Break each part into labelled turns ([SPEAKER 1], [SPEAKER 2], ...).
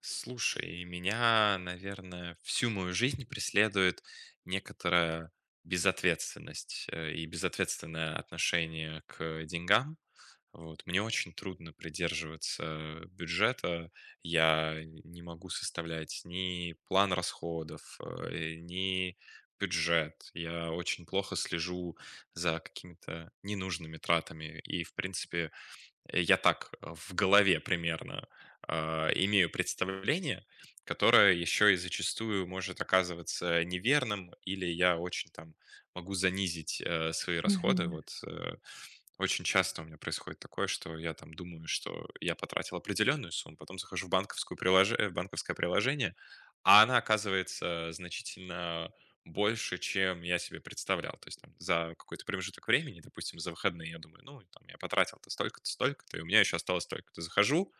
[SPEAKER 1] Слушай, меня, наверное, всю мою жизнь преследует некоторая безответственность и безответственное отношение к деньгам. Вот. Мне очень трудно придерживаться бюджета. Я не могу составлять ни план расходов, ни бюджет. Я очень плохо слежу за какими-то ненужными тратами. И, в принципе, я так в голове примерно имею представление, которое еще и зачастую может оказываться неверным, или я очень там могу занизить свои расходы.
[SPEAKER 2] Мгм.
[SPEAKER 1] Вот. Очень часто у меня происходит такое, что я там думаю, что я потратил определенную сумму, потом захожу в банковскую в банковское приложение, а она оказывается значительно больше, чем я себе представлял. То есть там за какой-то промежуток времени, допустим, за выходные, я думаю, ну, там я потратил-то столько-то, столько-то, и у меня еще осталось столько-то. Захожу,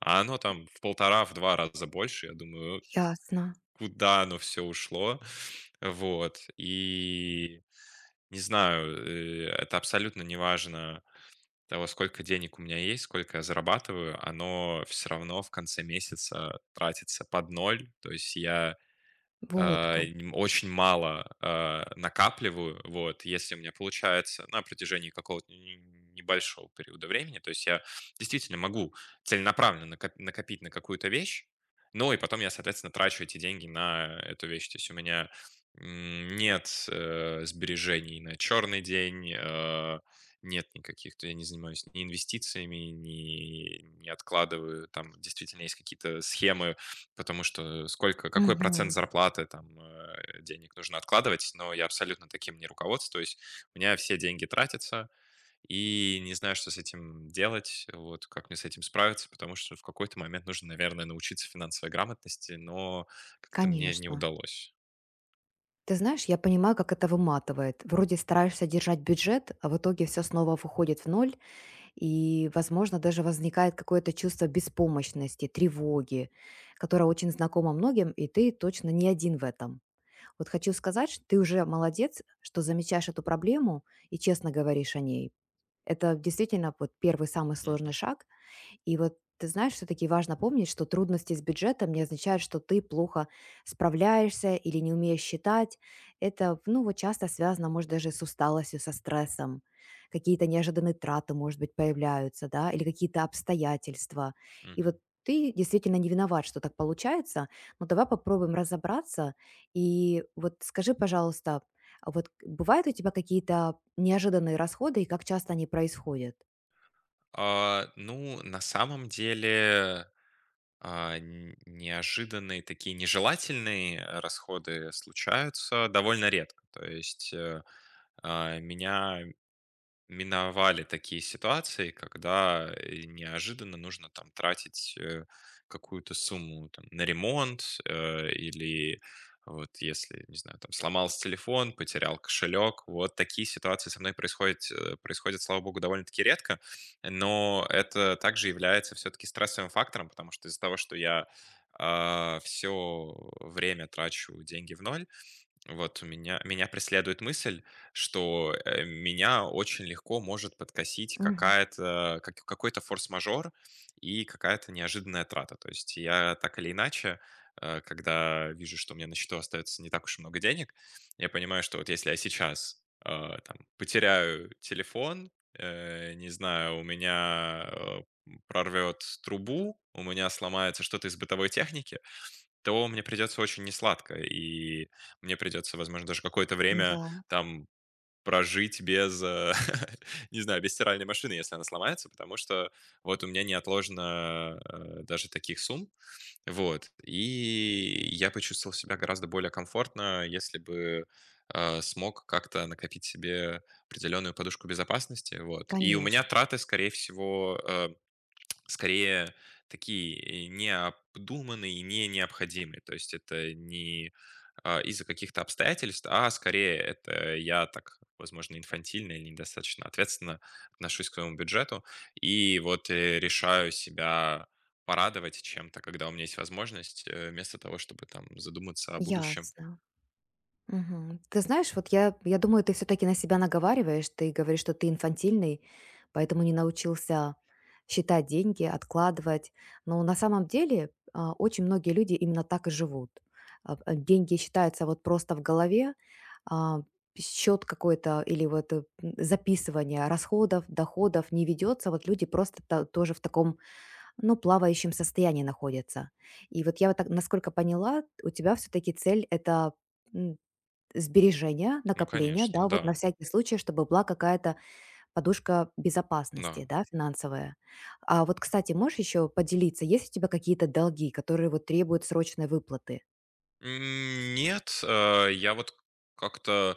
[SPEAKER 1] а оно там в полтора, в 2 раза больше. Я думаю,
[SPEAKER 2] Ясно.
[SPEAKER 1] куда оно все ушло? Вот. И не знаю, это абсолютно неважно того, сколько денег у меня есть, сколько я зарабатываю, оно все равно в конце месяца тратится под ноль. То есть я
[SPEAKER 2] Вот как.
[SPEAKER 1] нем очень мало, накапливаю. Вот, если у меня получается на протяжении какого-то не небольшого периода времени, то есть я действительно могу целенаправленно накопить на какую-то вещь, но и потом я, соответственно, трачу эти деньги на эту вещь. То есть у меня, нет, сбережений на черный день, нет никаких, то я не занимаюсь ни инвестициями, ни не откладываю. Там действительно есть какие-то схемы, потому что сколько какой процент
[SPEAKER 2] Мгм.
[SPEAKER 1] зарплаты, там, денег нужно откладывать, но я абсолютно таким не руководствуюсь. У меня все деньги тратятся, и не знаю, что с этим делать, вот, как мне с этим справиться, потому что в какой-то момент нужно, наверное, научиться финансовой грамотности, но как-то мне не
[SPEAKER 2] Конечно.
[SPEAKER 1] удалось.
[SPEAKER 2] Ты знаешь, я понимаю, как это выматывает. Вроде стараешься держать бюджет, а в итоге все снова выходит в ноль, и, возможно, даже возникает какое-то чувство беспомощности, тревоги, которое очень знакомо многим, и ты точно не один в этом. Вот хочу сказать, что ты уже молодец, что замечаешь эту проблему и честно говоришь о ней. Это действительно вот первый самый сложный
[SPEAKER 1] Мгм,
[SPEAKER 2] шаг. И вот ты знаешь, все-таки важно помнить, что трудности с бюджетом не означают, что ты плохо справляешься или не умеешь считать. Это, ну, вот часто связано, может, даже с усталостью, со стрессом. Какие-то неожиданные траты, может быть, появляются, да, или какие-то обстоятельства. И вот
[SPEAKER 1] мгм.
[SPEAKER 2] ты действительно не виноват, что так получается, но давай попробуем разобраться. И вот скажи, пожалуйста, а вот бывают у тебя какие-то неожиданные расходы и как часто они происходят?
[SPEAKER 1] Ну, на самом деле А, н неожиданные такие нежелательные, расходы случаются довольно редко. То есть, меня миновали такие ситуации, когда, неожиданно нужно там тратить, какую-то сумму там на ремонт, или вот если, не знаю, там сломался телефон, потерял кошелек. Вот такие ситуации со мной происходят, слава богу, довольно-таки редко, но это также является все-таки стрессовым фактором, потому что из-за того, что я, все время трачу деньги в ноль, вот у меня преследует мысль, что, меня очень легко может подкосить
[SPEAKER 2] Мгм.
[SPEAKER 1] какая-то как какой-то форс-мажор и какая-то неожиданная трата. То есть я так или иначе, когда вижу, что у меня на счету остается не так уж и много денег, я понимаю, что вот если я сейчас, там потеряю телефон, не знаю, у меня прорвет трубу, у меня сломается что-то из бытовой техники, то мне придется очень несладко, и мне придется, возможно, даже какое-то
[SPEAKER 2] Да,
[SPEAKER 1] время там прожить без, не знаю, без стиральной машины, если она сломается, потому что вот у меня не отложено даже таких сумм, вот. И я почувствовал себя гораздо более комфортно, если бы смог как-то накопить себе определенную подушку безопасности, вот. И у меня
[SPEAKER 2] конечно.
[SPEAKER 1] траты, скорее, такие необдуманные, не необходимые. То есть это не из-за каких-то обстоятельств, а скорее это я так, возможно, инфантильно или недостаточно ответственно отношусь к своему бюджету и вот решаю себя порадовать чем-то, когда у меня есть возможность, вместо того, чтобы там задуматься о будущем.
[SPEAKER 2] Ясно. Мгм. Ты знаешь, вот я думаю, ты все-таки на себя наговариваешь, ты говоришь, что ты инфантильный, поэтому не научился считать деньги, откладывать. Но на самом деле очень многие люди именно так и живут. Деньги считаются вот просто в голове, а, счет какой-то или вот записывание расходов, доходов не ведется. Вот люди просто тоже в таком, ну, плавающем состоянии находятся. И вот я вот так, насколько поняла, у тебя все-таки цель это м, сбережение,
[SPEAKER 1] Ну,
[SPEAKER 2] накопление,
[SPEAKER 1] конечно,
[SPEAKER 2] да, вот на
[SPEAKER 1] да,
[SPEAKER 2] всякий случай, чтобы была какая-то подушка безопасности,
[SPEAKER 1] да.
[SPEAKER 2] да, финансовая. А вот, кстати, можешь еще поделиться, есть у тебя какие-то долги, которые вот требуют срочной выплаты?
[SPEAKER 1] Нет, я вот как-то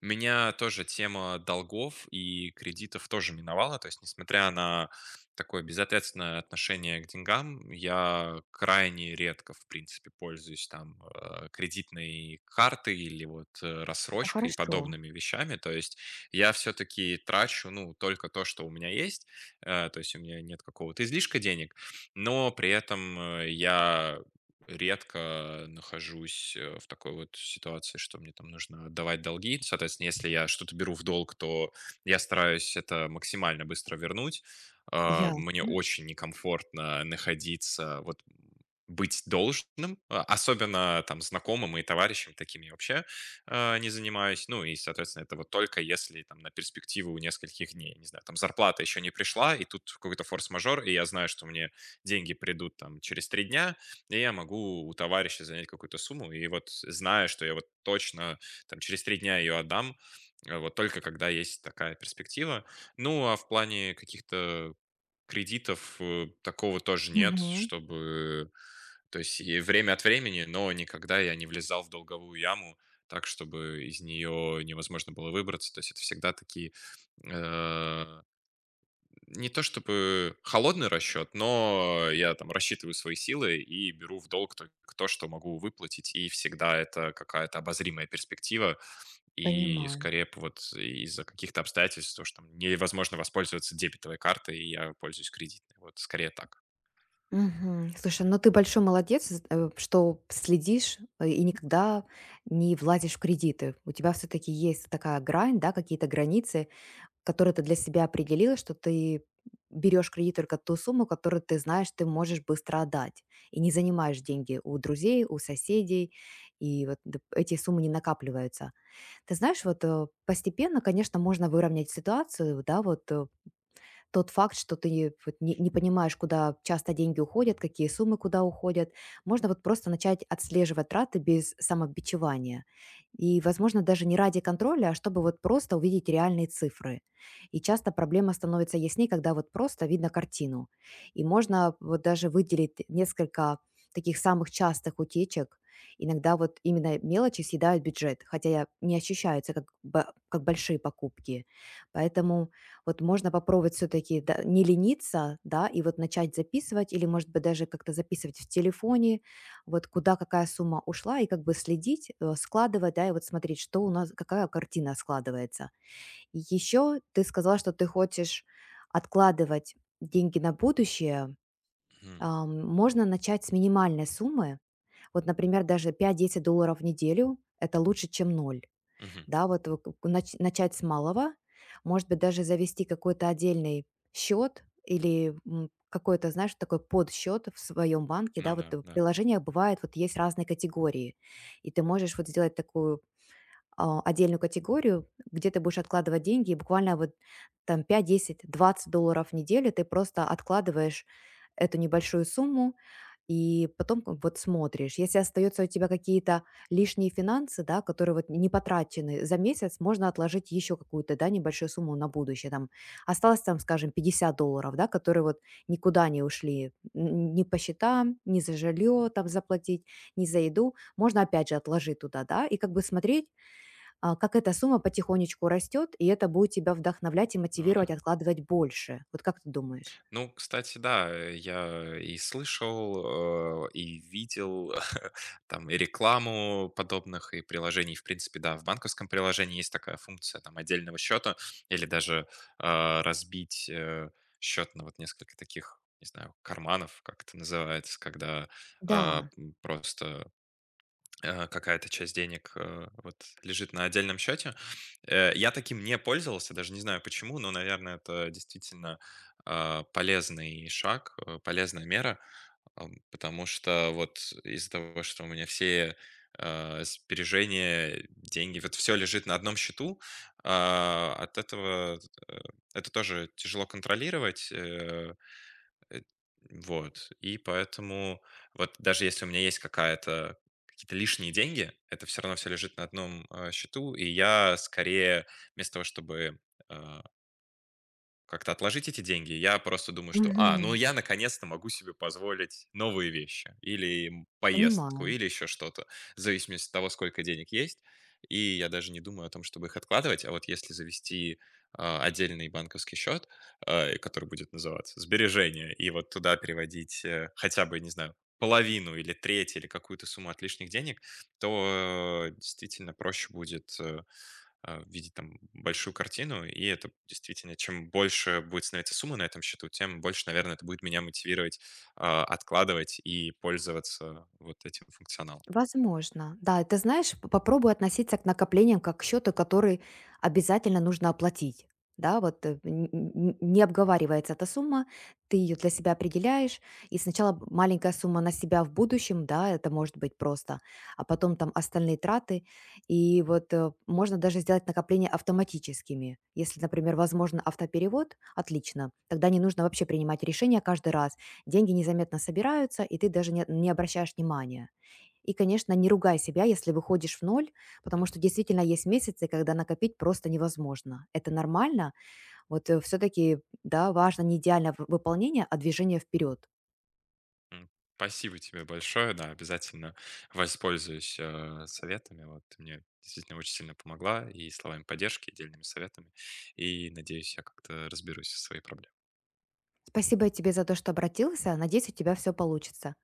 [SPEAKER 1] меня тоже тема долгов и кредитов тоже миновала. То есть, несмотря на такое безответственное отношение к деньгам, я крайне редко, в принципе, пользуюсь там кредитной картой или вот
[SPEAKER 2] Это
[SPEAKER 1] рассрочкой и
[SPEAKER 2] хорошо,
[SPEAKER 1] подобными вещами. То есть я все-таки трачу, ну, только то, что у меня есть. То есть у меня нет какого-то излишка денег, но при этом я редко нахожусь, в такой вот ситуации, что мне там нужно отдавать долги. Соответственно, если я что-то беру в долг, то я стараюсь это максимально быстро вернуть. Мне
[SPEAKER 2] ясно.
[SPEAKER 1] очень некомфортно находиться, вот, быть должным, особенно там знакомым и товарищам, такими вообще, не занимаюсь. Ну и, соответственно, это вот только если там на перспективу нескольких дней, не знаю, там зарплата еще не пришла, и тут какой-то форс-мажор, и я знаю, что мне деньги придут там через 3 дня, и я могу у товарища занять какую-то сумму, и вот зная, что я вот точно там через три дня ее отдам, вот только когда есть такая перспектива. Ну, а в плане каких-то кредитов такого тоже нет,
[SPEAKER 2] Мгм.
[SPEAKER 1] чтобы... То есть и время от времени, но никогда я не влезал в долговую яму так, чтобы из нее невозможно было выбраться. То есть это всегда такие э, не то чтобы холодный расчет, но я там рассчитываю свои силы и беру в долг только то, что могу выплатить, и всегда это какая-то обозримая перспектива, и
[SPEAKER 2] Понимаю.
[SPEAKER 1] скорее вот из-за каких-то обстоятельств, то, что там невозможно воспользоваться дебетовой картой, и я пользуюсь кредитной. Вот скорее так.
[SPEAKER 2] Мгм. Слушай, ну ты большой молодец, что следишь и никогда не влазишь в кредиты. У тебя все-таки есть такая грань, да, какие-то границы, которые ты для себя определила, что ты берешь кредит только ту сумму, которую ты знаешь, ты можешь быстро отдать. И не занимаешь деньги у друзей, у соседей, и вот эти суммы не накапливаются. Ты знаешь, вот постепенно, конечно, можно выровнять ситуацию, да, вот тот факт, что ты вот не понимаешь, куда часто деньги уходят,
[SPEAKER 1] Мгм.
[SPEAKER 2] какие суммы куда уходят, можно вот просто начать отслеживать траты без самобичевания. И, возможно, даже не ради контроля, а чтобы вот просто увидеть реальные цифры. И часто проблема становится ясней, когда вот просто видно картину. И можно вот даже выделить несколько таких самых частых утечек. Иногда вот именно мелочи съедают бюджет, хотя не ощущаются как, как большие покупки. Поэтому вот можно попробовать все-таки не лениться, да, и вот начать записывать, или, может быть, даже как-то записывать в телефоне, вот куда какая сумма ушла, и как бы следить, складывать, да, и вот смотреть, что у нас, какая картина складывается. И еще ты сказала, что ты хочешь откладывать деньги на будущее.
[SPEAKER 1] Мгм.
[SPEAKER 2] Можно начать с минимальной суммы, вот, например, даже 5-10 долларов в неделю, это лучше, чем ноль,
[SPEAKER 1] Мгм.
[SPEAKER 2] да, вот вы к нач начать с малого, может быть, даже завести какой-то отдельный счет или, какой-то, знаешь, такой подсчет в своем банке,
[SPEAKER 1] Ну
[SPEAKER 2] да, вот
[SPEAKER 1] да,
[SPEAKER 2] в
[SPEAKER 1] да.
[SPEAKER 2] приложениях бывает, вот есть разные категории, и ты можешь вот сделать такую отдельную категорию, где ты будешь откладывать деньги, и буквально вот там 5, 10, 20 долларов в неделю ты просто откладываешь эту небольшую сумму, и потом как вот смотришь. Если остаются у тебя какие-то лишние финансы, да, которые вот не потрачены за месяц, можно отложить еще какую-то, да, небольшую сумму на будущее. Там осталось там, скажем, 50 долларов, да, которые вот никуда не ушли, ни по счетам, ни за жилье там заплатить, ни за еду. Можно опять же отложить туда, да, и как бы смотреть, как эта сумма потихонечку растет, и это будет тебя вдохновлять и
[SPEAKER 1] Ну да.
[SPEAKER 2] мотивировать откладывать больше. Вот как ты думаешь?
[SPEAKER 1] Ну, кстати, да, я и слышал, и видел там и рекламу подобных и приложений. В принципе, да, в банковском приложении есть такая функция там отдельного счета или даже разбить счет на вот несколько таких, не знаю, карманов, как это называется, когда
[SPEAKER 2] Да.
[SPEAKER 1] просто какая-то часть денег вот лежит на отдельном счете. Я таким не пользовался, даже не знаю почему, но, наверное, это действительно полезный шаг, полезная мера, потому что вот из-за того, что у меня все сбережения, деньги, вот все лежит на одном счету, от этого э, это тоже тяжело контролировать. Э, вот. И поэтому вот даже если у меня есть какая-то какие-то лишние деньги, это все равно все лежит на одном, счету, и я скорее вместо того, чтобы, э как-то отложить эти деньги. Я просто думаю, что, ну
[SPEAKER 2] Мгм.
[SPEAKER 1] я наконец-то могу себе позволить новые вещи или поездку,
[SPEAKER 2] Понимаю.
[SPEAKER 1] или еще что-то, в зависимости от того, сколько денег есть. И я даже не думаю о том, чтобы их откладывать. А вот если завести отдельный банковский счет, и который будет называться сбережение, и вот туда переводить хотя бы, не знаю, половину или треть или какую-то сумму от лишних денег, то действительно проще будет видеть там большую картину, и это действительно, чем больше будет становиться сумма на этом счету, тем больше, наверное, это будет меня мотивировать откладывать и пользоваться вот этим функционалом.
[SPEAKER 2] Возможно, да. И ты знаешь, п попробуй относиться к накоплениям как к счету, который обязательно нужно оплатить. Да, вот, н н не обговаривается эта сумма, ты ее для себя определяешь, и сначала б маленькая сумма на себя в будущем, да, это может быть просто, а потом там остальные траты. И вот, можно даже сделать накопления автоматическими. Если, например, возможно автоперевод, отлично, тогда не нужно вообще принимать решения каждый раз. Деньги незаметно собираются, и ты даже не обращаешь внимания. И, конечно, не ругай себя, если выходишь в ноль, потому что
[SPEAKER 1] Мгм.
[SPEAKER 2] действительно есть месяцы, когда накопить просто невозможно. Это нормально. Вот все-таки, да, важно не идеальное выполнение, а движение вперед.
[SPEAKER 1] М, Спасибо тебе большое, да, обязательно воспользуюсь советами, вот ты мне действительно очень сильно помогла и словами поддержки, и дельными советами, и надеюсь, я как-то разберусь со своей проблемой.
[SPEAKER 2] Спасибо тебе за то, что обратился. Надеюсь, у тебя все получится.